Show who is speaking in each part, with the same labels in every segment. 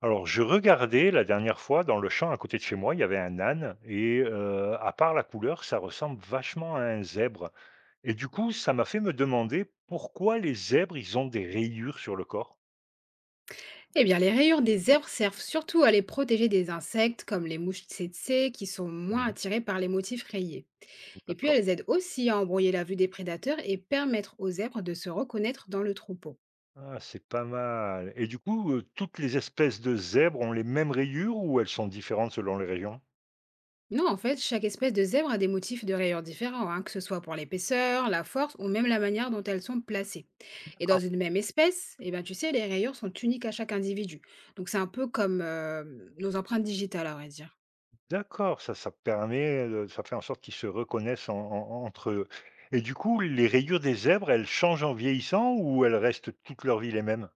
Speaker 1: Alors, je regardais la dernière fois dans le champ à côté de chez moi, il y avait un âne et à part la couleur, ça ressemble vachement à un zèbre. Et du coup, ça m'a fait me demander pourquoi les zèbres, ils ont des rayures sur le corps.
Speaker 2: Eh bien, les rayures des herbes servent surtout à les protéger des insectes comme les mouches tsetse qui sont moins
Speaker 1: Mhm.
Speaker 2: attirées par les motifs rayés. Et puis,
Speaker 1: D'accord.
Speaker 2: elles aident aussi à embrouiller la vue des prédateurs et permettre aux zèbres de se reconnaître dans le troupeau.
Speaker 1: Ah, c'est pas mal. Et du coup, toutes les espèces de zèbres ont les mêmes rayures ou elles sont différentes selon les régions?
Speaker 2: Non, en fait, chaque espèce de zèbre a des motifs de rayures différents, hein, que ce soit pour l'épaisseur, la force ou même la manière dont elles sont placées. Et dans
Speaker 1: D'accord.
Speaker 2: une même espèce, eh ben, tu sais, les rayures sont uniques à chaque individu. Donc c'est un peu comme nos empreintes digitales, à vrai dire.
Speaker 1: D'accord, ça permet de ça fait en sorte qu'ils se reconnaissent en en entre eux. Et du coup, les rayures des zèbres, elles changent en vieillissant ou elles restent toute leur vie les mêmes?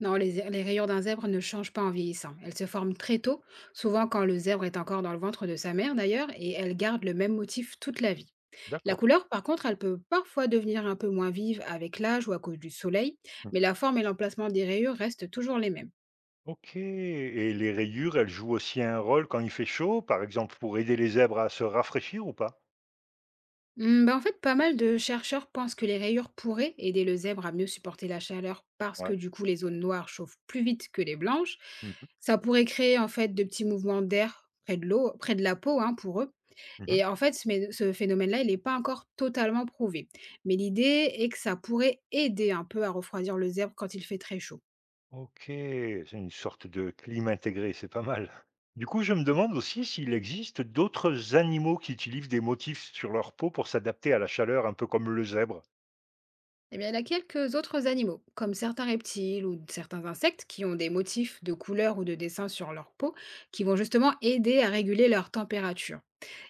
Speaker 2: Non, les rayures d'un zèbre ne changent pas en vieillissant. Elles se forment très tôt, souvent quand le zèbre est encore dans le ventre de sa mère d'ailleurs, et elles gardent le même motif toute la vie. La
Speaker 1: D'accord.
Speaker 2: couleur, par contre, elle peut parfois devenir un peu moins vive avec l'âge ou à cause du soleil,
Speaker 1: Mmh.
Speaker 2: mais la forme et l'emplacement des rayures restent toujours les mêmes.
Speaker 1: OK, et les rayures, elles jouent aussi un rôle quand il fait chaud, par exemple pour aider les zèbres à se rafraîchir ou pas?
Speaker 2: Hmm, bah en fait, pas mal de chercheurs pensent que les rayures pourraient aider le zèbre à mieux supporter la chaleur parce
Speaker 1: Ouais.
Speaker 2: que du coup, les zones noires chauffent plus vite que les blanches.
Speaker 1: Mmh
Speaker 2: Ça pourrait créer en fait de petits mouvements d'air près de l'eau, près de la peau hein, pour eux.
Speaker 1: mh. Mmh.
Speaker 2: Et en fait, ce phénomène-là, il n'est pas encore totalement prouvé. Mais l'idée est que ça pourrait aider un peu à refroidir le zèbre quand il fait très chaud.
Speaker 1: OK, c'est une sorte de clim intégré, c'est pas mal. Du coup, je me demande aussi s'il existe d'autres animaux qui utilisent des motifs sur leur peau pour s'adapter à la chaleur, un peu comme le zèbre?
Speaker 2: Eh bien, il y a quelques autres animaux, comme certains reptiles ou certains insectes qui ont des motifs de couleurs ou de dessins sur leur peau qui vont justement aider à réguler leur température.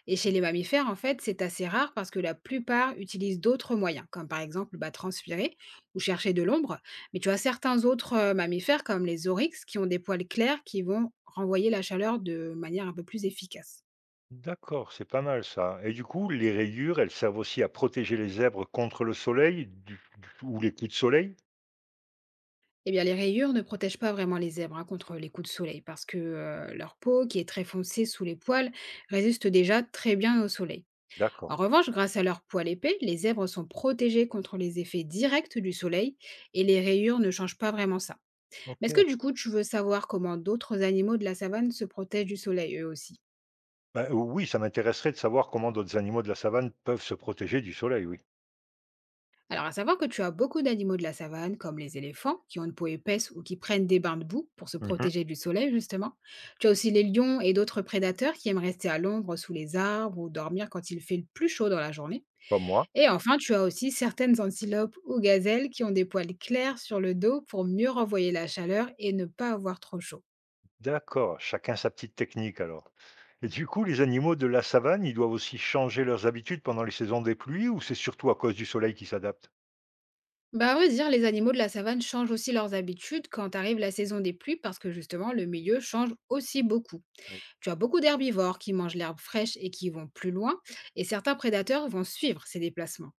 Speaker 2: Et chez les mammifères, en fait, c'est assez rare parce que la plupart utilisent d'autres moyens, comme par exemple bah, transpirer ou chercher de l'ombre. Mais tu as certains autres mammifères, comme les oryx, qui ont des poils clairs qui vont renvoyer la chaleur de manière un peu plus efficace.
Speaker 1: D'accord, c'est pas mal ça. Et du coup, les rayures, elles servent aussi à protéger les zèbres contre le soleil ou les coups de soleil?
Speaker 2: Eh bien, les rayures ne protègent pas vraiment les zèbres hein, contre les coups de soleil parce que leur peau, qui est très foncée sous les poils, résiste déjà très bien au soleil.
Speaker 1: D'accord.
Speaker 2: En revanche, grâce à leur poil épais, les zèbres sont protégés contre les effets directs du soleil et les rayures ne changent pas vraiment ça. Mais
Speaker 1: Ok.
Speaker 2: est-ce que du coup, tu veux savoir comment d'autres animaux de la savane se protègent du soleil eux aussi?
Speaker 1: Bah, oui, ça m'intéresserait de savoir comment d'autres animaux de la savane peuvent se protéger du soleil, oui.
Speaker 2: Alors, à savoir que tu as beaucoup d'animaux de la savane, comme les éléphants, qui ont une peau épaisse ou qui prennent des bains de boue pour se
Speaker 1: Mhm.
Speaker 2: protéger du soleil, justement. Tu as aussi les lions et d'autres prédateurs qui aiment rester à l'ombre sous les arbres ou dormir quand il fait le plus chaud dans la journée.
Speaker 1: Comme moi.
Speaker 2: Et enfin, tu as aussi certaines antilopes ou gazelles qui ont des poils clairs sur le dos pour mieux renvoyer la chaleur et ne pas avoir trop chaud.
Speaker 1: D'accord, chacun sa petite technique alors. Et du coup, les animaux de la savane, ils doivent aussi changer leurs habitudes pendant les saisons des pluies ou c'est surtout à cause du soleil qu'ils s'adaptent?
Speaker 2: Bah, à vrai dire, les animaux de la savane changent aussi leurs habitudes quand arrive la saison des pluies parce que justement, le milieu change aussi beaucoup.
Speaker 1: Eh,
Speaker 2: Tu as beaucoup d'herbivores qui mangent l'herbe fraîche et qui vont plus loin, et certains prédateurs vont suivre ces déplacements.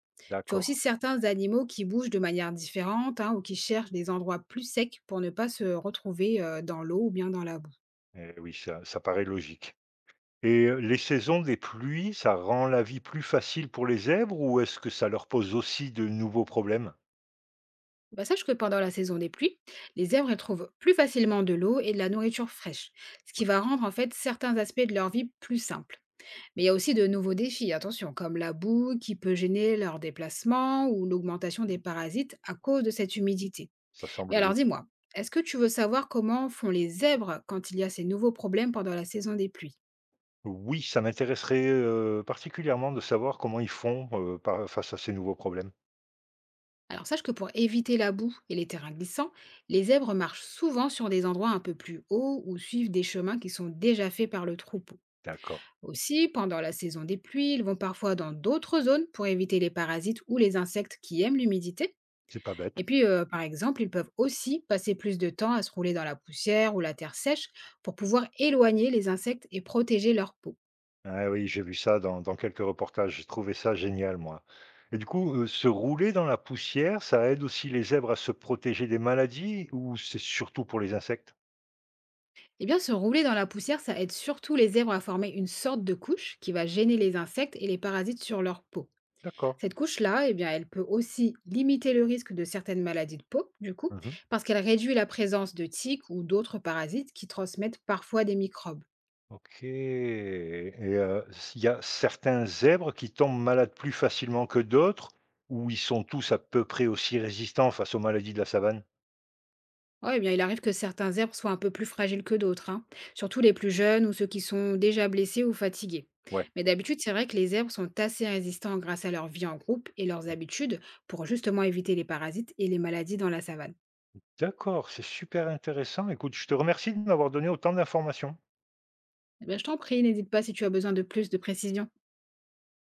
Speaker 2: Tu as
Speaker 1: d'accord.
Speaker 2: aussi certains animaux qui bougent de manière différente hein, ou qui cherchent des endroits plus secs pour ne pas se retrouver dans l'eau ou bien dans la boue.
Speaker 1: Eh oui, ça paraît logique. Et les saisons des pluies, ça rend la vie plus facile pour les zèbres ou est-ce que ça leur pose aussi de nouveaux problèmes?
Speaker 2: Bah, sache que pendant la saison des pluies, les herbes elles trouvent plus facilement de l'eau et de la nourriture fraîche, ce
Speaker 1: Oui.
Speaker 2: qui va rendre en fait certains aspects de leur vie plus simples. Mais il y a aussi de nouveaux défis, attention, comme la boue qui peut gêner leur déplacement ou l'augmentation des parasites à cause de cette humidité.
Speaker 1: Ça
Speaker 2: Et
Speaker 1: semble
Speaker 2: alors
Speaker 1: logique.
Speaker 2: dis-moi, est-ce que tu veux savoir comment font les zèbres quand il y a ces nouveaux problèmes pendant la saison des pluies?
Speaker 1: Oui, ça m'intéresserait, particulièrement de savoir comment ils font, par face à ces nouveaux problèmes.
Speaker 2: Alors sache que pour éviter la boue et les terrains glissants, les zèbres marchent souvent sur des endroits un peu plus hauts ou suivent des chemins qui sont déjà faits par le troupeau.
Speaker 1: D'accord,
Speaker 2: Aussi, pendant la saison des pluies, ils vont parfois dans d'autres zones pour éviter les parasites ou les insectes qui aiment l'humidité.
Speaker 1: c'est pas bête.
Speaker 2: Et puis, par exemple, ils peuvent aussi passer plus de temps à se rouler dans la poussière ou la terre sèche pour pouvoir éloigner les insectes et protéger leur peau.
Speaker 1: Ah oui, j'ai vu ça dans quelques reportages, j'ai trouvé ça génial moi. Et du coup, se rouler dans la poussière, ça aide aussi les zèbres à se protéger des maladies ou c'est surtout pour les insectes?
Speaker 2: Eh bien, se rouler dans la poussière, ça aide surtout les zèbres à former une sorte de couche qui va gêner les insectes et les parasites sur leur peau.
Speaker 1: D'accord.
Speaker 2: Cette couche-là, eh bien, elle peut aussi limiter le risque de certaines maladies de peau, du coup,
Speaker 1: Mmh.
Speaker 2: parce qu'elle réduit la présence de tiques ou d'autres parasites qui transmettent parfois des microbes.
Speaker 1: OK, et s'il y a certains zèbres qui tombent malades plus facilement que d'autres ou ils sont tous à peu près aussi résistants face aux maladies de la savane?
Speaker 2: Ouais, eh bien, il arrive que certains zèbres soient un peu plus fragiles que d'autres, hein, surtout les plus jeunes ou ceux qui sont déjà blessés ou fatigués.
Speaker 1: Ouais.
Speaker 2: Mais d'habitude, c'est vrai que les zèbres sont assez résistants grâce à leur vie en groupe et leurs habitudes pour justement éviter les parasites et les maladies dans la savane.
Speaker 1: D'accord, c'est super intéressant. Écoute, je te remercie de m'avoir donné autant d'informations.
Speaker 2: Eh ben, je t'en prie, n'hésite pas si tu as besoin de plus de précision.